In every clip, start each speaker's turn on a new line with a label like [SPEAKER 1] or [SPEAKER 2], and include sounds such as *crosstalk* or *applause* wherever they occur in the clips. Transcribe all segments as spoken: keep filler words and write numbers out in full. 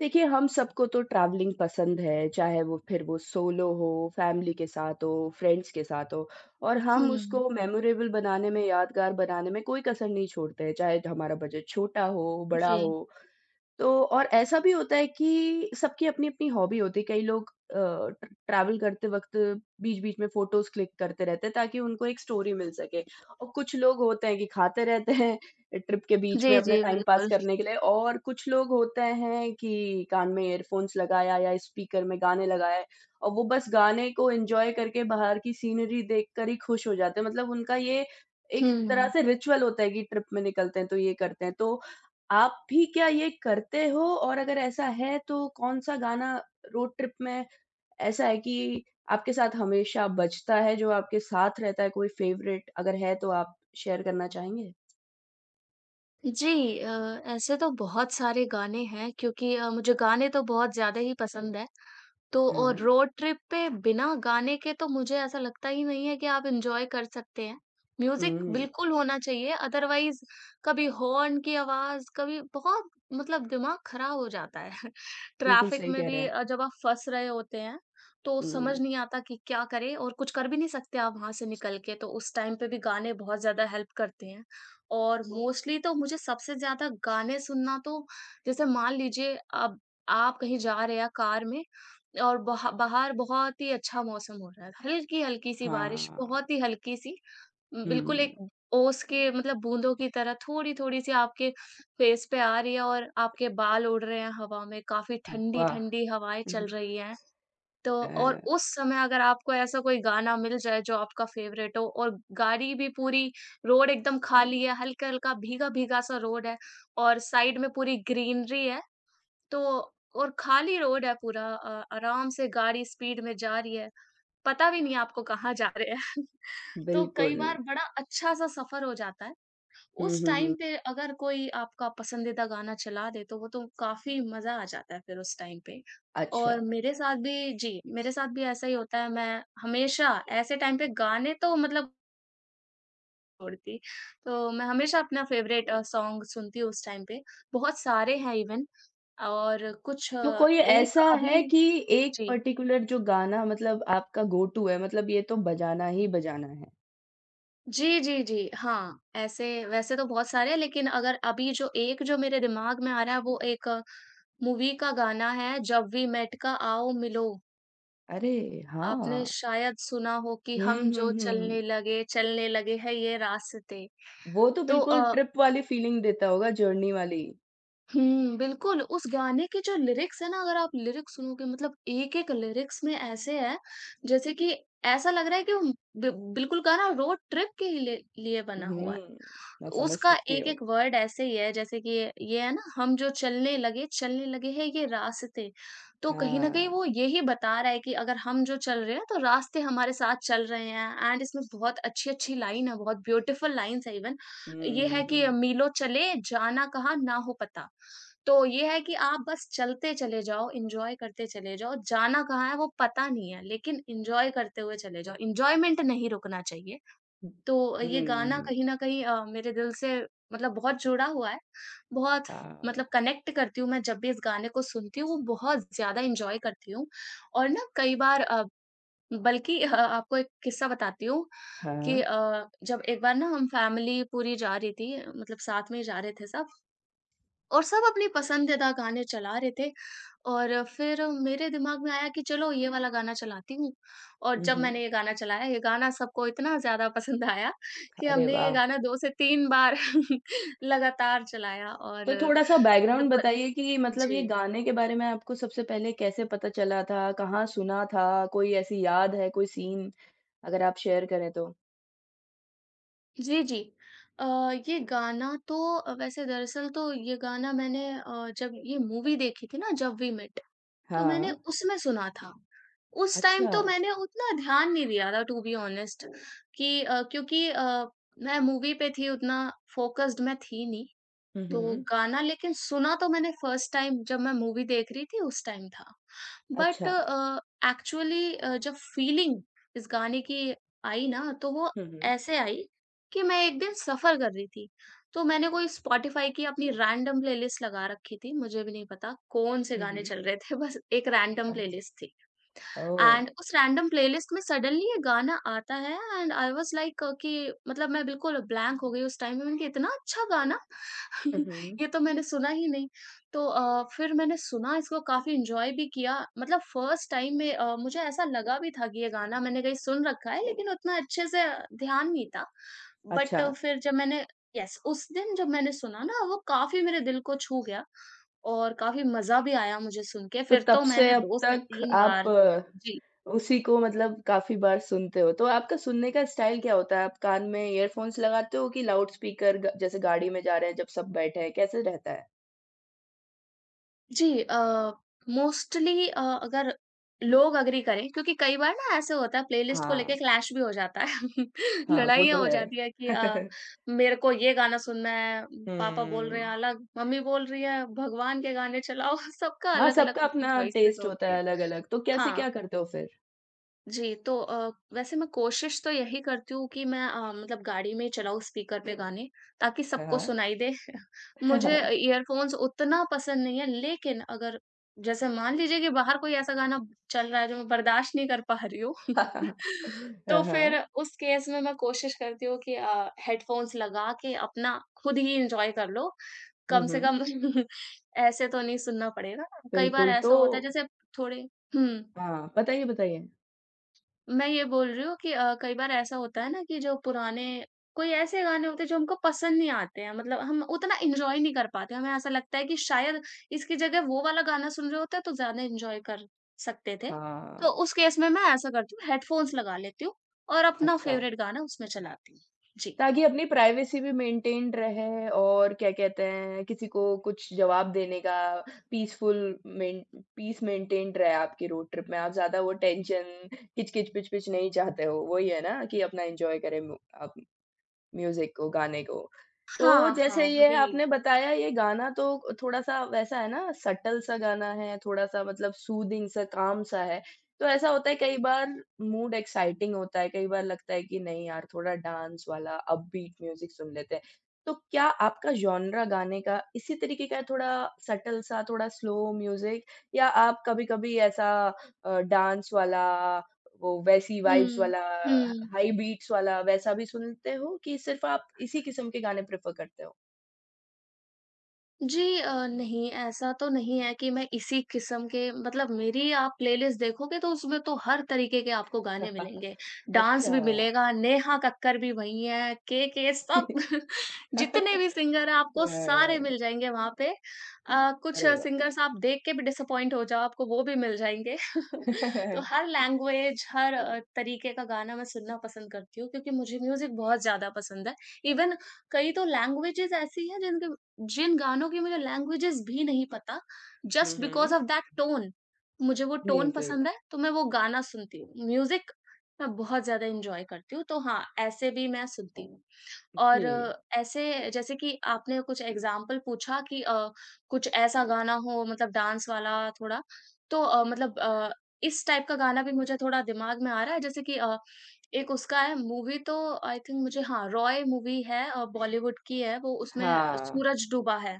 [SPEAKER 1] देखिए, हम सबको तो ट्रैवलिंग पसंद है, चाहे वो फिर वो सोलो हो, फैमिली के साथ हो, फ्रेंड्स के साथ हो और हम
[SPEAKER 2] हुँ।
[SPEAKER 1] उसको मेमोरेबल बनाने में, यादगार बनाने में कोई कसर नहीं छोड़ते हैं, चाहे हमारा बजट छोटा हो, बड़ा
[SPEAKER 2] जी।
[SPEAKER 1] हो। तो और ऐसा भी होता है कि सबकी अपनी-अपनी हॉबी होती है। कई लोग अ, ट्र ट्रैवल करते वक़्त बीच-बीच में फ़ोटोज़ क्लिक करते रहते हैं ताकि उनको एक स्टोरी मिल सके और कुछ लोग होते हैं कि खाते रहते हैं ट्रिप के बीच में
[SPEAKER 2] जी,
[SPEAKER 1] अपना
[SPEAKER 2] जी,
[SPEAKER 1] टाइम पास
[SPEAKER 2] बिल्कुल।
[SPEAKER 1] करने के लिए और कुछ लोग होते हैं कि कान में ईयरफ़ोन्स लगाया या स्पीकर में गाने लगाए और वो बस गाने को एन्जॉय करके बाहर की सीनरी देखकर ही खुश हो जाते हैं। मतलब उनका ये एक तरह
[SPEAKER 2] हुँ।
[SPEAKER 1] से रिचुअल होता है कि ट्रिप में निकलते हैं तो ये करते हैं। तो आप भी क्या ये करते हो और अगर ऐसा है तो कौन-सा गाना रोड ट्रिप में ऐसा है कि आपके साथ हमेशा बजता है, जो आपके साथ रहता है, कोई फ़ेवरेट अगर है तो आप शेयर करना चाहेंगे?
[SPEAKER 2] जी अ, ऐसे तो बहुत सारे गाने हैं क्योंकि अ, मुझे गाने तो बहुत ज़्यादा ही पसंद हैं। तो और
[SPEAKER 1] हाँ।
[SPEAKER 2] रोड ट्रिप पे बिना गाने के तो मुझे ऐसा लगता ही नहीं है कि आप एन्जॉय कर सकते हैं। म्यूज़िक
[SPEAKER 1] हुँ,
[SPEAKER 2] बिल्कुल होना चाहिए अदरवाइज़ कभी हॉर्न की आवाज़, कभी बहुत मतलब दिमाग खराब हो जाता है। *laughs*
[SPEAKER 1] बिल्कुल
[SPEAKER 2] ट्रैफ़िक
[SPEAKER 1] सही
[SPEAKER 2] में
[SPEAKER 1] कह रहे
[SPEAKER 2] भी
[SPEAKER 1] हैं।
[SPEAKER 2] अ, जब आप फँस रहे होते हैं, तो
[SPEAKER 1] हुँ,
[SPEAKER 2] समझ नहीं आता कि क्या करें और कुछ कर भी नहीं सकते आप वहाँ से निकल के, तो उस टाइम पे भी गाने बहुत ज़्यादा हेल्प करते हैं। और मोस्टली तो मुझे सबसे ज़्यादा गाने सुनना तो जैसे मान लीजिए अब आप कहीं जा रहे हैं कार में और बहा बाहर बहुत ही अच्छा मौसम हो रहा है। हल्की-हल्की सी बारिश,
[SPEAKER 1] हाँ,
[SPEAKER 2] बहुत ही हल्की-सी बिल्कुल एक
[SPEAKER 1] हुँ,
[SPEAKER 2] ओस के मतलब बूँदों की तरह थोड़ी-थोड़ी सी आपके फेस पे आ रही है और आपके बाल उड़ रहे हैं हवा में, काफ़ी
[SPEAKER 1] वाह!
[SPEAKER 2] ठंडी-ठंडी हवाएँ
[SPEAKER 1] हुँ, हुँ।
[SPEAKER 2] चल रही हैं। तो
[SPEAKER 1] अ,
[SPEAKER 2] और उस समय अगर आपको ऐसा कोई गाना मिल जाए जो आपका फ़ेवरेट हो और गाड़ी भी पूरी रोड एकदम खाली है, हल्का-हल्का भीगा-भीगा सा रोड है और साइड में पूरी ग्रीनरी है। तो और खाली रोड है पूरा, अ, आराम से गाड़ी स्पीड में जा रही है। पता भी नहीं है आपको कहाँ जा रहे हैं। *laughs* तो कई
[SPEAKER 1] बिल्कुल।
[SPEAKER 2] बार बड़ा अच्छा-सा सफ़र हो जाता है।
[SPEAKER 1] हुँ,
[SPEAKER 2] उस
[SPEAKER 1] हुँ,
[SPEAKER 2] टाइम
[SPEAKER 1] हुँ।
[SPEAKER 2] पे अगर कोई आपका पसंदीदा गाना चला दे तो वो तो काफ़ी मज़ा आ जाता है फिर उस टाइम पे।
[SPEAKER 1] अच्छा,
[SPEAKER 2] और मेरे साथ भी जी, मेरे साथ भी ऐसा ही होता है। मैं हमेशा ऐसे टाइम पे गाने तो मतलब छोड़ती। तो मैं हमेशा अपना फ़ेवरेट अ, सॉन्ग सुनती हूँ उस टाइम पे। बहुत सारे हैं इवन और कुछ
[SPEAKER 1] तो
[SPEAKER 2] अ,
[SPEAKER 1] कोई
[SPEAKER 2] एक
[SPEAKER 1] ऐसा
[SPEAKER 2] अभी।
[SPEAKER 1] है कि एक
[SPEAKER 2] जी।
[SPEAKER 1] पर्टिकुलर जो गाना मतलब आपका गो टू है, मतलब ये तो बजाना ही बजाना है?
[SPEAKER 2] जी, जी, जी। हाँ, ऐसे वैसे तो बहुत सारे हैं लेकिन अगर अभी जो एक जो मेरे दिमाग में आ रहा है वो एक मूवी का गाना है, जब वी मेट का आओ मिलो।
[SPEAKER 1] अरे!
[SPEAKER 2] आपने
[SPEAKER 1] हाँ।
[SPEAKER 2] शायद सुना हो कि
[SPEAKER 1] हुँ,
[SPEAKER 2] हम
[SPEAKER 1] हुँ,
[SPEAKER 2] जो चलने
[SPEAKER 1] हुँ।
[SPEAKER 2] लगे, चलने लगे हैं ये रास्ते।
[SPEAKER 1] वो तो
[SPEAKER 2] तो
[SPEAKER 1] बिल्कुल
[SPEAKER 2] अ,
[SPEAKER 1] ट्रिप वाली फीलिंग देता होगा, जर्नी वाली।
[SPEAKER 2] हुँ, बिल्कुल। उस गाने के जो लिरिक्स है ना, अगर आप लिरिक्स सुनोगे मतलब एक-एक लिरिक्स में ऐसे है जैसे कि ऐसा लग रहा है कि वो बि बिल्कुल गाना रोड ट्रिप के ही लिए लिए बना हुआ है।
[SPEAKER 1] हुँ, मैं समझ
[SPEAKER 2] उसका
[SPEAKER 1] सकती हूँ।
[SPEAKER 2] एक-एक वर्ड ऐसे ही है जैसे कि ये ये है ना, हम जो चलने लगे, चलने लगे हैं ये रास्ते। तो कहीं न कहीं
[SPEAKER 1] हाँ।
[SPEAKER 2] वो यही बता रहा है कि अगर हम जो चल रहे हैं तो रास्ते हमारे साथ चल रहे हैं, एंड इसमें बहुत अच्छी-अच्छी लाइन है, बहुत ब्यूटीफुल लाइन्स है इवन।
[SPEAKER 1] हुँ,
[SPEAKER 2] ये है कि
[SPEAKER 1] हुँ,
[SPEAKER 2] "मीलों चले जाना कहाँ ना हो पता।" तो ये है कि आप बस चलते चले जाओ, एन्जॉय करते चले जाओ, जाना कहाँ है वो पता नहीं है, लेकिन एन्जॉय करते हुए चले जाओ। एन्जॉयमेंट नहीं रुकना चाहिए।
[SPEAKER 1] हुँ।
[SPEAKER 2] तो ये गाना
[SPEAKER 1] हुँ,
[SPEAKER 2] कहीं न कहीं अ, मेरे दिल से मतलब बहुत जुड़ा हुआ है। बहुत
[SPEAKER 1] हाँ।
[SPEAKER 2] मतलब कनेक्ट करती हूँ मैं, जब भी इस गाने को सुनती हूँ वो बहुत ज़्यादा एन्जॉय करती हूँ। और ना कई बार अ, बल्कि अ, आपको एक किस्सा बताती हूँ कि
[SPEAKER 1] हाँ।
[SPEAKER 2] अ, जब एक बार ना हम फैमिली पूरी जा रही थी, मतलब साथ में ही जा रहे थे सब। और सब अपनी पसंदीदा गाने चला रहे थे और फिर मेरे दिमाग में आया कि चलो ये वाला गाना चलाती हूँ, और
[SPEAKER 1] हुँ,
[SPEAKER 2] जब
[SPEAKER 1] हुँ।
[SPEAKER 2] मैंने ये गाना चलाया, ये गाना सबको इतना ज़्यादा पसंद आया कि
[SPEAKER 1] अरे
[SPEAKER 2] हमने ये
[SPEAKER 1] वाह!
[SPEAKER 2] गाना दो से तीन बार *laughs* लगातार चलाया और
[SPEAKER 1] तो थोड़ा-सा
[SPEAKER 2] मतलब
[SPEAKER 1] बैकग्राउंड
[SPEAKER 2] प।
[SPEAKER 1] बताइए कि मतलब ये
[SPEAKER 2] जी।
[SPEAKER 1] गाने के बारे में आपको सबसे पहले कैसे पता चला था? कहाँ सुना था? कोई ऐसी याद है, कोई सीन अगर आप शेयर करें तो?
[SPEAKER 2] जी, जी। अ, ये गाना तो अ, वैसे दरअसल तो ये गाना मैंने अ, जब ये मूवी देखी थी ना, जब वी मेट, तो मैंने
[SPEAKER 1] हाँ।
[SPEAKER 2] उसमें सुना था। उस टाइम
[SPEAKER 1] अच्छा।
[SPEAKER 2] तो मैंने उतना ध्यान नहीं दिया था टू बी ऑनेस्ट कि अ, क्योंकि अ, मैं मूवी पे थी उतना फ़ोकस्ड मैं थी नहीं।
[SPEAKER 1] हुँ,
[SPEAKER 2] तो
[SPEAKER 1] हुँ।
[SPEAKER 2] गाना लेकिन सुना तो मैंने फर्स्ट टाइम, जब मैं मूवी देख रही थी उस टाइम था। बट
[SPEAKER 1] अच्छा।
[SPEAKER 2] एक्चुअली अ, जब फीलिंग इस गाने की आई ना तो वो
[SPEAKER 1] हुँ, हुँ।
[SPEAKER 2] ऐसे आई कि मैं एक दिन सफ़र कर रही थी। तो मैंने कोई स्पॉटिफ़ाई की अपनी रैंडम प्लेलिस्ट लगा रखी थी, मुझे भी नहीं पता कौन से
[SPEAKER 1] हुँ,
[SPEAKER 2] गाने
[SPEAKER 1] हुँ।
[SPEAKER 2] चल रहे थे, बस एक रैंडम
[SPEAKER 1] अ
[SPEAKER 2] प्लेलिस्ट थी।
[SPEAKER 1] ओह!
[SPEAKER 2] एंड उस रैंडम प्लेलिस्ट में सडनली ये गाना आता है एंड आई वाज लाइक कि मतलब मैं बिल्कुल ब्लैंक हो गई। उस टाइम में मैंने कहा इतना अच्छा गाना
[SPEAKER 1] हुँ।
[SPEAKER 2] *laughs* ये तो मैंने सुना ही नहीं। तो अ, फिर मैंने सुना, इसको काफी एंजॉय भी किया, मतलब फर्स्ट टाइम में अ, मुझे ऐसा लगा भी था कि ये गाना मैंने कहीं सुन रखा है लेकिन उतना अच्छे से ध्यान नहीं था। बट
[SPEAKER 1] अच्छा,
[SPEAKER 2] फिर जब मैंने यस उस दिन जब मैंने सुना ना वो काफी मेरे दिल को छू गया और काफी मजा भी आया मुझे सुन के,
[SPEAKER 1] तो
[SPEAKER 2] फिर
[SPEAKER 1] तब
[SPEAKER 2] तो
[SPEAKER 1] से
[SPEAKER 2] मैंने
[SPEAKER 1] अब
[SPEAKER 2] दो से
[SPEAKER 1] तक
[SPEAKER 2] तीन
[SPEAKER 1] आप
[SPEAKER 2] बार जी।
[SPEAKER 1] अ, उसी को मतलब काफ़ी बार सुनते हो, तो आपका सुनने का स्टाइल क्या होता है? आप कान में ईयरफ़ोन्स लगाते हो कि लाउड स्पीकर ग जैसे गाड़ी में जा रहे हैं जब सब बैठे हैं, कैसे रहता है?
[SPEAKER 2] जी अ, मोस्टली अ, अगर लोग एग्री करें, क्योंकि कई बार ना ऐसे होता है प्लेलिस्ट को लेके
[SPEAKER 1] हाँ,
[SPEAKER 2] क्लैश भी हो जाता है।
[SPEAKER 1] हाँ,
[SPEAKER 2] *laughs*
[SPEAKER 1] वो
[SPEAKER 2] लड़ाइयाँ
[SPEAKER 1] तो
[SPEAKER 2] हो जाती है कि
[SPEAKER 1] है।
[SPEAKER 2] अ,
[SPEAKER 1] *laughs*
[SPEAKER 2] मेरे को ये गाना सुनना है, पापा बोल रहे हैं
[SPEAKER 1] हुँ।
[SPEAKER 2] अलग, मम्मी बोल रही है भगवान के गाने चलाओ। *laughs* सबका
[SPEAKER 1] हाँ,
[SPEAKER 2] अलग-अलग
[SPEAKER 1] सबका
[SPEAKER 2] अपनी
[SPEAKER 1] अपना
[SPEAKER 2] चॉइसेस
[SPEAKER 1] टेस्ट
[SPEAKER 2] होती
[SPEAKER 1] होता
[SPEAKER 2] है।
[SPEAKER 1] है अलग-अलग, तो कैसे
[SPEAKER 2] हाँ।
[SPEAKER 1] क्या करते हो फिर?
[SPEAKER 2] जी, तो अ, वैसे मैं कोशिश तो यही करती हूँ कि मैं अ, मतलब गाड़ी में चलाऊँ स्पीकर पे गाने, ताकि सबको
[SPEAKER 1] हाँ,
[SPEAKER 2] सुनाई दे। *laughs*
[SPEAKER 1] *laughs*
[SPEAKER 2] मुझे
[SPEAKER 1] हाँ।
[SPEAKER 2] ईयरफ़ोन्स उतना पसंद नहीं है, लेकिन अगर जैसे मान लीजिए कि बाहर कोई ऐसा गाना चल रहा है जो मैं बर्दाश्त नहीं कर पा रही हूँ *laughs* तो
[SPEAKER 1] हाँ,
[SPEAKER 2] फिर
[SPEAKER 1] हाँ।
[SPEAKER 2] उस केस में मैं कोशिश करती हूँ कि अ, हेडफ़ोन्स लगा के अपना खुद ही एन्जॉय कर लो।
[SPEAKER 1] हुँ,
[SPEAKER 2] कम से
[SPEAKER 1] हुँ।
[SPEAKER 2] कम *laughs* ऐसे तो नहीं सुनना पड़ेगा। कई बार
[SPEAKER 1] बिल्कुल,
[SPEAKER 2] ऐसा
[SPEAKER 1] तो
[SPEAKER 2] होता है जैसे थोड़े हुँ।
[SPEAKER 1] हाँ, बताइए, बताइए।
[SPEAKER 2] मैं ये बोल रही हूँ कि अ, कई बार ऐसा होता है ना कि जो पुराने कोई ऐसे गाने होते हैं जो हमको पसंद नहीं आते हैं, मतलब हम उतना एंजॉय नहीं कर पाते, हमें ऐसा लगता है कि शायद इसकी जगह वो वाला गाना सुन रहे होते तो ज्यादा एंजॉय कर सकते थे। तो
[SPEAKER 1] हाँ,
[SPEAKER 2] उस केस में मैं ऐसा करती हूँ, हेडफोन्स लगा लेती हूँ और अपना
[SPEAKER 1] अच्छा।
[SPEAKER 2] फेवरेट गाना उसमें चलाती हूँ। जी।
[SPEAKER 1] ताकि अपनी प्राइवेसी भी मेंटेन्ड रहे और क्या कहते हैं, किसी को कुछ जवाब देने का पीसफुल मेन पीस मेंटेन्ड रहे आपकी रोड ट्रिप में। आप ज़्यादा वो टेंशन, किच-किच, पिच-पिच नहीं चाहते हो। वही है ना कि अपना एन्जॉय करें मु आप। म्यूज़िक को, गाने को। तो
[SPEAKER 2] हाँ, हाँ,
[SPEAKER 1] जैसे ये
[SPEAKER 2] वही।
[SPEAKER 1] आपने बताया ये गाना तो थोड़ा-सा वैसा है ना सटल सा गाना है, थोड़ा-सा मतलब सूदिंग सा, काम सा है। तो ऐसा होता है कई बार मूड एक्साइटिंग होता है, कई बार लगता है कि नहीं यार थोड़ा डांस वाला अपबीट म्यूज़िक सुन लेते हैं। तो क्या आपका जॉनरा गाने का इसी तरीके का है थोड़ा सटल सा, थोड़ा स्लो म्यूज़िक या आप कभी-कभी ऐसा अ, डांस वाला वो वैसी वाइब्स
[SPEAKER 2] हम्म।
[SPEAKER 1] वाला,
[SPEAKER 2] हम्म।
[SPEAKER 1] हाई बीट्स वाला वैसा भी सुनते हो कि सिर्फ़ आप इसी किस्म के गाने प्रेफ़र करते हो?
[SPEAKER 2] जी अ, नहीं, ऐसा तो नहीं है कि मैं इसी किस्म के, मतलब मेरी आप प्लेलिस्ट देखोगे तो उसमें तो हर तरीके के आपको गाने
[SPEAKER 1] *laughs*
[SPEAKER 2] मिलेंगे। डांस
[SPEAKER 1] अच्छा।
[SPEAKER 2] भी मिलेगा, नेहा कक्कड़ भी वही है, केके सब।
[SPEAKER 1] *laughs*
[SPEAKER 2] *laughs* जितने भी सिंगर हैं आपको सारे
[SPEAKER 1] अ,
[SPEAKER 2] मिल जाएँगे वहाँ पे। अ, कुछ
[SPEAKER 1] अरे वाह!
[SPEAKER 2] सिंगर्स आप देख के भी डिसअपॉइंट हो जाओ, आपको वो भी मिल जाएँगे। *laughs* तो हर
[SPEAKER 1] *laughs*
[SPEAKER 2] लैंग्वेज, हर अ, तरीके का गाना मैं सुनना पसंद करती हूँ, क्योंकि मुझे म्यूज़िक बहुत ज़्यादा पसंद है। इवन कई तो लैंग्वेजेज़ ऐसी हैं जिनके जिन गानों की मुझे लैंग्वेजेज़ भी नहीं पता,
[SPEAKER 1] हुँ,
[SPEAKER 2] just because
[SPEAKER 1] hmm.
[SPEAKER 2] Of that tone, मुझे वो टोन
[SPEAKER 1] म्यूज़िक,
[SPEAKER 2] पसंद है, तो मैं वो गाना सुनती हूँ। म्यूज़िक मैं बहुत ज़्यादा एन्जॉय करती हूँ, तो हाँ, ऐसे भी मैं सुनती हूँ। और
[SPEAKER 1] जी।
[SPEAKER 2] अ, ऐसे जैसे कि आपने कुछ एग्ज़ाम्पल पूछा कि अ, कुछ ऐसा गाना हो मतलब डांस वाला थोड़ा, तो अ, मतलब अ, इस टाइप का गाना भी मुझे थोड़ा दिमाग में आ रहा है, जैसे कि अ, एक उसका है मूवी तो आई थिंक मुझे हाँ, रॉय मूवी है, अ, बॉलीवुड की है वो, उसमें अ,
[SPEAKER 1] हाँ,
[SPEAKER 2] सूरज डूबा है।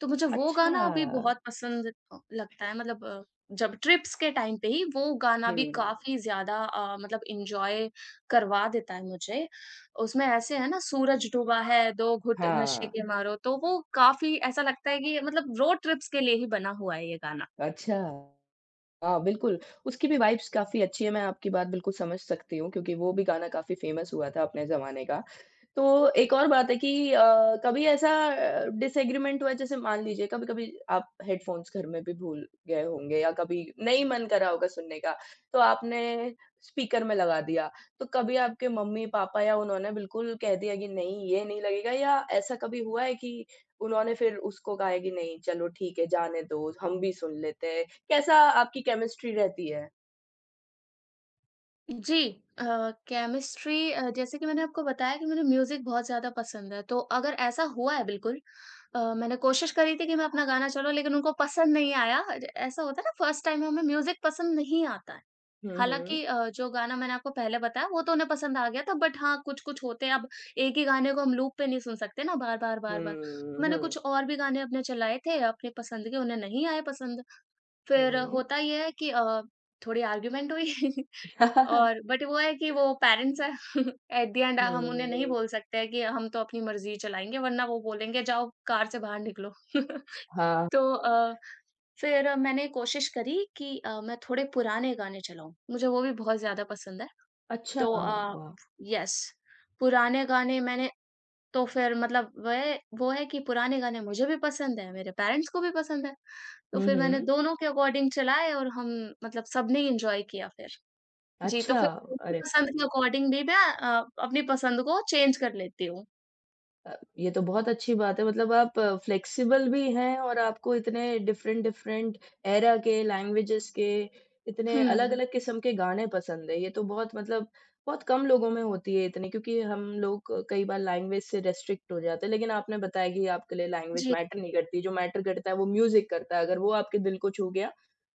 [SPEAKER 2] तो मुझे वो गाना अभी बहुत
[SPEAKER 1] अच्छा।
[SPEAKER 2] पसंद अ, लगता है मतलब अ, जब ट्रिप्स के टाइम पे ही वो गाना भी
[SPEAKER 1] हुँ।
[SPEAKER 2] काफ़ी ज़्यादा अ, मतलब एन्जॉय करवा देता है मुझे। उसमें ऐसे है ना सूरज डूबा है, दो घुट नशे
[SPEAKER 1] हाँ,
[SPEAKER 2] के मारो, तो वो काफ़ी ऐसा लगता है कि मतलब रोड ट्रिप्स के लिए ही बना हुआ है ये गाना।
[SPEAKER 1] अच्छा। हाँ, बिल्कुल, उसकी भी वाइब्स काफ़ी अच्छी है, मैं आपकी बात बिल्कुल समझ सकती हूँ क्योंकि वो भी गाना काफ़ी फ़ेमस हुआ था अपने ज़माने का। तो एक और बात है कि अ, कभी ऐसा अ, डिसएग्रीमेंट हुआ जैसे मान लीजिए कभी-कभी आप हेडफ़ोन्स घर में भी भूल गए होंगे या कभी नहीं मन कर रहा होगा सुनने का, तो आपने स्पीकर में लगा दिया। तो कभी आपके मम्मी-पापा या उन्होंने बिल्कुल कह दिया कि नहीं ये नहीं लगेगा या ऐसा कभी हुआ है कि उन्होंने फिर उसको कहा है कि नहीं चलो ठीक है जाने दो, हम भी सुन लेते हैं। कैसा आपकी केमिस्ट्री रहती है?
[SPEAKER 2] जी अ, केमिस्ट्री अ, जैसे कि मैंने आपको बताया कि मुझे म्यूज़िक बहुत ज़्यादा पसंद है, तो अगर ऐसा हुआ है बिल्कुल, अ, मैंने कोशिश करी थी कि मैं अपना गाना चलाऊँ लेकिन उनको पसंद नहीं आया। ज ऐसा होता है ना फर्स्ट टाइम हमें म्यूज़िक पसंद नहीं आता है।
[SPEAKER 1] हुँ, हुँ।
[SPEAKER 2] हालाँकि अ, जो गाना मैंने आपको पहले बताया वो तो उन्हें पसंद आ गया था, बट हाँ, कुछ-कुछ होते हैं अब एक ही गाने को हम लूप पे नहीं सुन सकते ना बार-बार, बार-बार।
[SPEAKER 1] हुँ, हुँ,
[SPEAKER 2] मैंने
[SPEAKER 1] हुँ,
[SPEAKER 2] कुछ और भी गाने अपने चलाए थे अपने पसंद के, उन्हें नहीं आए पसंद। फिर
[SPEAKER 1] हुँ।
[SPEAKER 2] होता ये है कि अ, थोड़ी आर्ग्यूमेंट हुई। *laughs* और बट वो है कि वो पेरेंट्स हैं। *laughs* एट द एंड हम उन्हें नहीं
[SPEAKER 1] हुँ।
[SPEAKER 2] बोल
[SPEAKER 1] *laughs*
[SPEAKER 2] सकते हैं कि हम तो अपनी मर्जी चलाएंगे, वरना वो बोलेंगे जाओ कार से बाहर निकलो। *laughs*
[SPEAKER 1] हाँ, हाँ।
[SPEAKER 2] तो अ, फिर मैंने कोशिश करी कि अ, मैं थोड़े पुराने गाने चलाऊं, मुझे वो भी बहुत ज्यादा पसंद है।
[SPEAKER 1] अच्छा,
[SPEAKER 2] तो
[SPEAKER 1] वाह!
[SPEAKER 2] यस पुराने गाने मैंने तो फिर मतलब वह वो है कि पुराने गाने मुझे भी पसंद है, मेरे पेरेंट्स को भी पसंद है। तो
[SPEAKER 1] हुँ,
[SPEAKER 2] फिर मैंने
[SPEAKER 1] हुँ।
[SPEAKER 2] दोनों के अकॉर्डिंग चलाए और हम मतलब सबने ही एन्जॉय किया फिर। जी, तो
[SPEAKER 1] अच्छा,
[SPEAKER 2] फिर उनकी
[SPEAKER 1] अरे वाह!
[SPEAKER 2] पसंद के अकॉर्डिंग भी मैं अ, अपनी पसंद को चेंज कर लेती हूँ।
[SPEAKER 1] अ, ये तो बहुत अच्छी बात है मतलब आप फ्लेक्सिबल भी हैं और आपको इतने डिफरेंट डिफरेंट एरा के, लैंग्वेजेस के, इतने
[SPEAKER 2] हुँ।
[SPEAKER 1] अलग-अलग किस्म के गाने पसंद है। ये तो बहुत मतलब बहुत कम लोगों में होती है इतनी क्योंकि हम लोग कई बार लैंग्वेज से रिस्ट्रिक्ट हो जाते हैं। लेकिन आपने बताया कि आपके लिए लैंग्वेज
[SPEAKER 2] जी,
[SPEAKER 1] मैटर नहीं करती, जो मैटर करता है वो म्यूज़िक करता है। अगर वो आपके दिल को छू गया,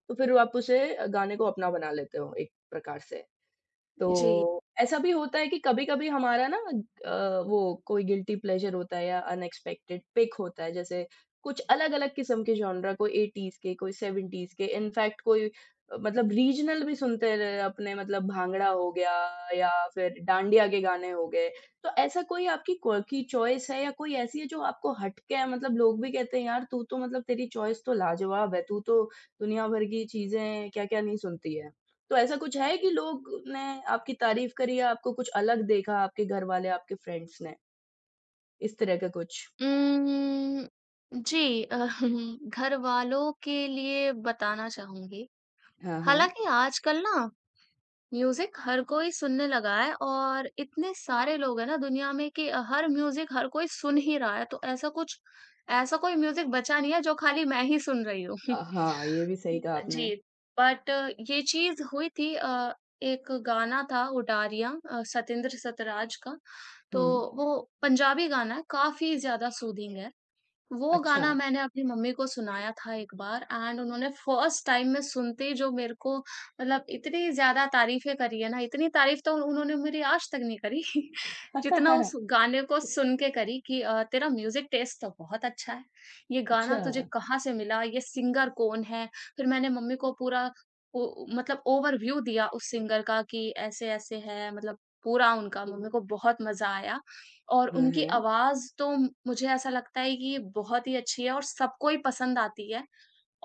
[SPEAKER 1] तो फिर आप उसे गाने को अपना बना लेते हो एक प्रकार से।
[SPEAKER 2] जी।
[SPEAKER 1] तो ऐसा भी होता है कि कभी-कभी हमारा ना अ, वो कोई गिल्टी प्लेज़र होता है या अनएक्सपेक्टेड पिक होता है, जैसे कुछ अलग-अलग किस्म के जॉनरा कोई एटीज़ के, कोई सेवन्टीज़ के, इनफैक्ट कोई अ, मतलब रीजनल भी सुनते रहे अपने मतलब भांगड़ा हो गया या फिर डांडिया के गाने हो गए। तो ऐसा कोई आपकी क्वर्की चॉइस है या कोई ऐसी है जो आपको हट के है मतलब लोग भी कहते हैं यार तू तो मतलब तेरी चॉइस तो लाजवाब है, तू तो दुनिया भर की चीज़ें क्या-क्या नहीं सुनती है? तो ऐसा कुछ है कि लोग ने आपकी तारीफ़ करी या आपको कुछ अलग देखा आपके घर वाले, आपके फ्रेंड्स ने? इस तरह का कुछ?
[SPEAKER 2] उम्म, जी अ, *laughs* घरवालों के लिए बताना चाहूँगी।
[SPEAKER 1] हाँ, हाँ।
[SPEAKER 2] हालाँकि आजकल ना म्यूजिक हर कोई सुनने लगा है और इतने सारे लोग हैं ना दुनिया में कि हर म्यूजिक हर कोई सुन ही रहा है, तो ऐसा कुछ ऐसा कोई म्यूजिक बचा नहीं है जो खाली मैं ही सुन रही हूँ। *laughs*
[SPEAKER 1] अ, हाँ, ये भी सही कहा आपने।
[SPEAKER 2] जी। बट ये चीज हुई थी, अ, एक गाना था उडारियां, अ, सतेंद्र सतराज का। तो
[SPEAKER 1] हुँ।
[SPEAKER 2] वो पंजाबी गाना है, काफी ज्यादा सूदिंग है। वो
[SPEAKER 1] अच्छा।
[SPEAKER 2] गाना मैंने अपनी मम्मी को सुनाया था एक बार एंड उन्होंने फर्स्ट टाइम में सुनते ही जो मेरे को मतलब इतनी ज़्यादा तारीफ़ें करी है ना, इतनी तारीफ़ तो उन्होंने मेरी आज तक नहीं करी *laughs* जितना उस
[SPEAKER 1] *laughs*
[SPEAKER 2] गाने को सुन के करी, कि अ, तेरा म्यूज़िक टेस्ट तो बहुत अच्छा है। ये गाना
[SPEAKER 1] अच्छा।
[SPEAKER 2] तुझे कहाँ से मिला? ये सिंगर कौन है? फिर मैंने मम्मी को पूरा ओ मतलब ओवरव्यू दिया उस सिंगर का कि ऐसे-ऐसे है, मतलब पूरा उनका मम्मी को बहुत मज़ा आया। और
[SPEAKER 1] हाँ,
[SPEAKER 2] उनकी
[SPEAKER 1] हाँ।
[SPEAKER 2] आवाज़ तो मुझे ऐसा लगता है कि बहुत ही अच्छी है और सबको ही पसंद आती है।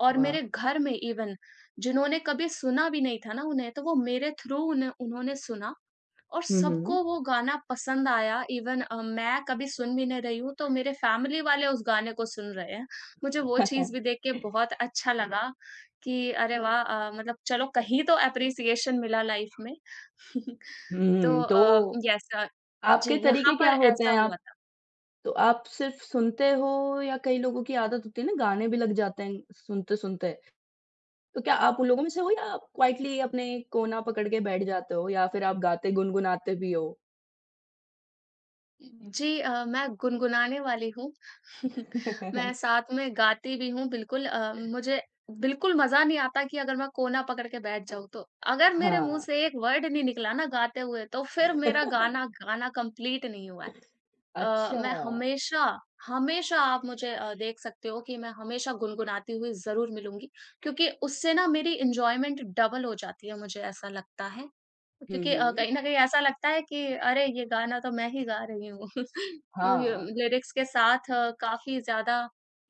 [SPEAKER 2] और
[SPEAKER 1] वाह!
[SPEAKER 2] मेरे घर में इवन जिन्होंने कभी सुना भी नहीं था ना उन्हें, तो वो मेरे थ्रू उन्हें उन्होंने सुना, और
[SPEAKER 1] हुँ, हुँ।
[SPEAKER 2] सबको वो गाना पसंद आया। इवन अ, मैं कभी सुन भी नहीं रही हूँ, तो मेरे फैमिली वाले उस गाने को सुन रहे हैं। मुझे वो
[SPEAKER 1] हुँ,
[SPEAKER 2] चीज़ भी
[SPEAKER 1] *laughs*
[SPEAKER 2] देख के बहुत अच्छा लगा कि अरे वाह! अ, मतलब चलो कहीं तो एप्रिसिएशन मिला लाइफ में। *laughs* तो अ,
[SPEAKER 1] तो
[SPEAKER 2] यस। अ, जी,
[SPEAKER 1] आपके
[SPEAKER 2] यहाँ
[SPEAKER 1] तरीके
[SPEAKER 2] पर
[SPEAKER 1] क्या होते
[SPEAKER 2] ऐसा
[SPEAKER 1] हैं?
[SPEAKER 2] हुआ
[SPEAKER 1] आप
[SPEAKER 2] था।
[SPEAKER 1] तो आप सिर्फ़ सुनते हो या कई लोगों की आदत होती है ना गाने भी लग जाते हैं सुनते-सुनते? तो क्या आप उन लोगों में से हो या आप क्वाइटली अपने कोना पकड़ के बैठ जाते हो या फिर आप गाते गुनगुनाते भी हो?
[SPEAKER 2] जी अ, मैं गुनगुनाने वाली हूँ। *laughs* मैं साथ में गाती भी हूँ बिल्कुल, अ, मुझे
[SPEAKER 1] *laughs*
[SPEAKER 2] बिल्कुल मज़ा नहीं आता कि अगर मैं कोना पकड़ के बैठ जाऊँ तो। अगर मेरे मुँह
[SPEAKER 1] हाँ।
[SPEAKER 2] से एक वर्ड नहीं निकला ना गाते हुए तो फिर मेरा गाना
[SPEAKER 1] *laughs*
[SPEAKER 2] गाना कंप्लीट नहीं हुआ है। अ,
[SPEAKER 1] अच्छा।
[SPEAKER 2] मैं हमेशा, हमेशा आप मुझे अ, देख सकते हो कि मैं हमेशा गुनगुनाती हुई ज़रूर मिलूँगी, क्योंकि उससे ना मेरी एन्जॉयमेंट डबल हो जाती है, मुझे ऐसा लगता है।
[SPEAKER 1] हुँ,
[SPEAKER 2] क्योंकि अ,
[SPEAKER 1] हुँ।
[SPEAKER 2] कहीं न कहीं ऐसा लगता है कि अरे! ये गाना तो मैं ही गा रही हूँ। *laughs* ये
[SPEAKER 1] हाँ,
[SPEAKER 2] लिरिक्स के साथ काफ़ी ज़्यादा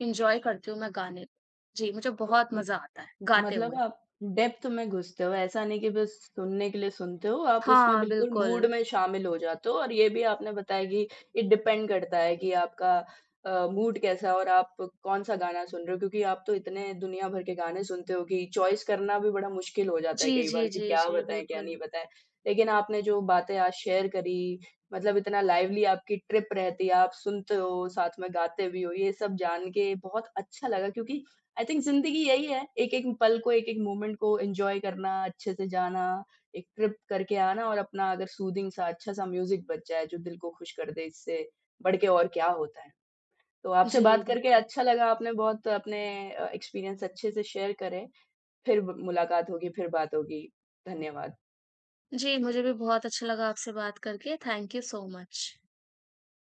[SPEAKER 2] एन्जॉय करती हूँ मैं गाने को। जी, मुझे बहुत
[SPEAKER 1] तो
[SPEAKER 2] मज़ा आता है गाते
[SPEAKER 1] मतलब
[SPEAKER 2] हुए।
[SPEAKER 1] आप डेप्थ में घुसते हो, ऐसा नहीं कि बस सुनने के लिए सुनते हो, आप उसमें
[SPEAKER 2] हाँ,
[SPEAKER 1] बिल्कुल
[SPEAKER 2] बिल्कुल।
[SPEAKER 1] मूड में शामिल हो जाते हो और ये भी आपने बताया कि इट डिपेंड करता है कि आपका अ, मूड कैसा है और आप कौन-सा गाना सुन रहे हो क्योंकि आप तो इतने दुनिया भर के गाने सुनते हो कि चॉइस करना भी बड़ा मुश्किल हो जाता है
[SPEAKER 2] जी,
[SPEAKER 1] कई
[SPEAKER 2] जी,
[SPEAKER 1] बार कि
[SPEAKER 2] जी,
[SPEAKER 1] क्या
[SPEAKER 2] जी,
[SPEAKER 1] बताएँ, क्या नहीं
[SPEAKER 2] बिल्कुल।
[SPEAKER 1] बताएँ। लेकिन आपने जो बातें आज शेयर करी, मतलब इतना लाइवली आपकी ट्रिप रहती है, आप सुनते हो, साथ में गाते भी हो, ये सब जान के बहुत अच्छा लगा क्योंकि आई थिंक ज़िंदगी यही है, एक-एक पल को, एक-एक मोमेंट को एन्जॉय करना, अच्छे से जाना, एक ट्रिप करके आना और अपना अगर सूदिंग सा अच्छा-सा म्यूज़िक बज जाए जो दिल को खुश कर दे, इससे बढ़ के और क्या होता है। तो आपसे
[SPEAKER 2] जी,
[SPEAKER 1] बात करके
[SPEAKER 2] बिल्कुल।
[SPEAKER 1] अच्छा लगा, आपने बहुत अपने अ, एक्सपीरियंस अच्छे से शेयर करे। फिर ब मुलाकात होगी, फिर बात होगी। धन्यवाद।
[SPEAKER 2] जी, मुझे भी बहुत अच्छा लगा आपसे बात करके। Thank you so much.